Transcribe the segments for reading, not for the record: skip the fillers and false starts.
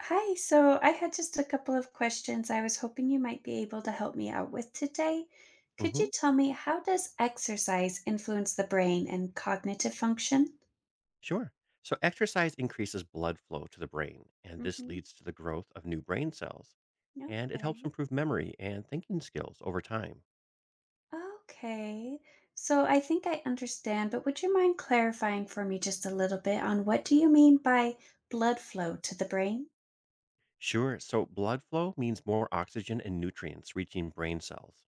Hi, so I had just a couple of questions I was hoping you might be able to help me out with today. Could hmm you tell me, how does exercise influence the brain and cognitive function? Sure. So, exercise increases blood flow to the brain, and this Mm-hmm. leads to the growth of new brain cells. Yeah. And it helps Okay. improve memory and thinking skills over time. Okay. So I think I understand, but would you mind clarifying for me just a little bit on, what do you mean by blood flow to the brain? Sure. So, blood flow means more oxygen and nutrients reaching brain cells.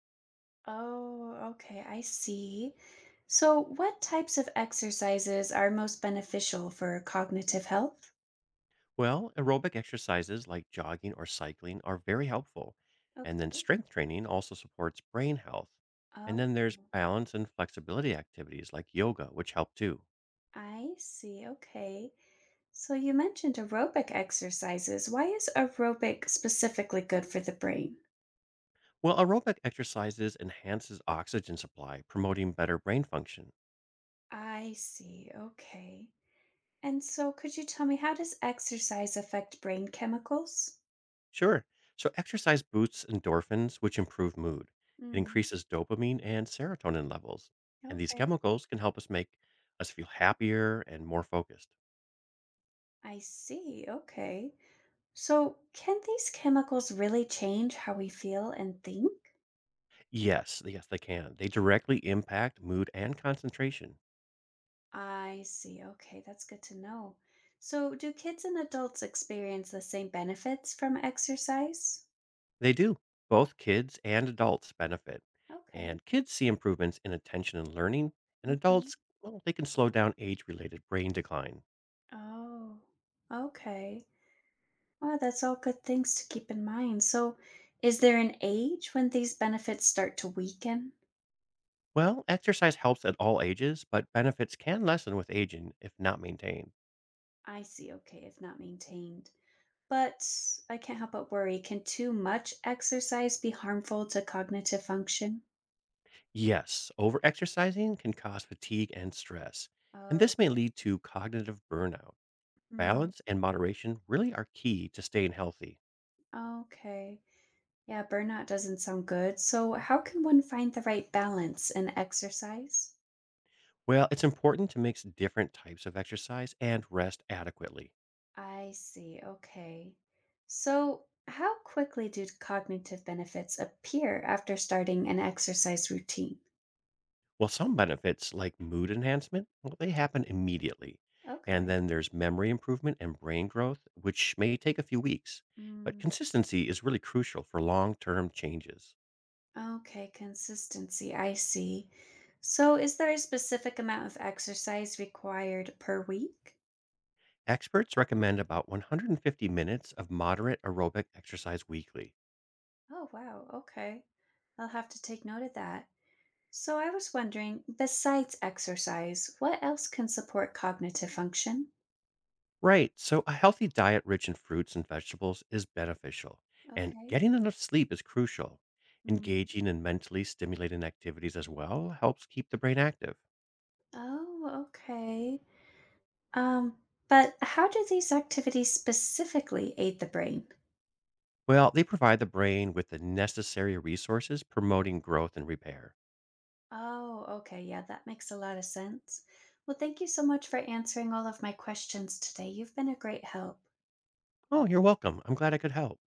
Oh, okay, I see. So what types of exercises are most beneficial for cognitive health? Well, aerobic exercises like jogging or cycling are very helpful. And then, strength training also supports brain health. And Oh, then there's balance and flexibility activities like yoga, which help too. I see. Okay. So you mentioned aerobic exercises. Why is aerobic specifically good for the brain? Well, aerobic exercises enhances oxygen supply, promoting better brain function. I see. Okay. And so could you tell me, how does exercise affect brain chemicals? Sure. So exercise boosts endorphins, which improve mood. It Mm, increases dopamine and serotonin levels, and these okay. chemicals can help us feel happier and more focused. I see. Okay. So can these chemicals really change how we feel and think? Yes, yes, they can. They directly impact mood and concentration. I see. Okay. That's good to know. So do kids and adults experience the same benefits from exercise? They do. Both kids and adults benefit. Okay. And kids see improvements in attention and learning, and Hmm. adults, well, they can slow down age related brain decline. Oh, okay. Wow, that's all good things to keep in mind. So, is there an age when these benefits start to weaken? Well, exercise helps at all ages, but benefits can lessen with aging if not maintained. I see. Okay, if not maintained. But I can't help but worry. Can too much exercise be harmful to cognitive function? Yes, overexercising can cause fatigue and stress, and Oh, this may lead to cognitive burnout. mm, Balance and moderation really are key to staying healthy. okay. Yeah, burnout doesn't sound good. So, how can one find the right balance in exercise? Well, it's important to mix different types of exercise and rest adequately. I see. Okay. So, how quickly do cognitive benefits appear after starting an exercise routine? Well, some benefits, like mood enhancement, well, they happen immediately. And Okay. then there's memory improvement and brain growth, which may take a few weeks. But Mm, consistency is really crucial for long term changes. okay, consistency. I see. So, is there a specific amount of exercise required per week? Experts recommend about 150 minutes of moderate aerobic exercise weekly. Oh, wow. Okay. I'll have to take note of that. So, I was wondering, besides exercise, what else can support cognitive function? Right, so a healthy diet rich in fruits and vegetables is beneficial, and Okay. getting enough sleep is crucial. Mm. Engaging in mentally stimulating activities as well helps keep the brain active. Oh, okay. Um, but how do these activities specifically aid the brain? Well, they provide the brain with the necessary resources promoting growth and repair. Oh, okay. Yeah, that makes a lot of sense. Well, thank you so much for answering all of my questions today. You've been a great help. Oh, you're welcome. I'm glad I could help.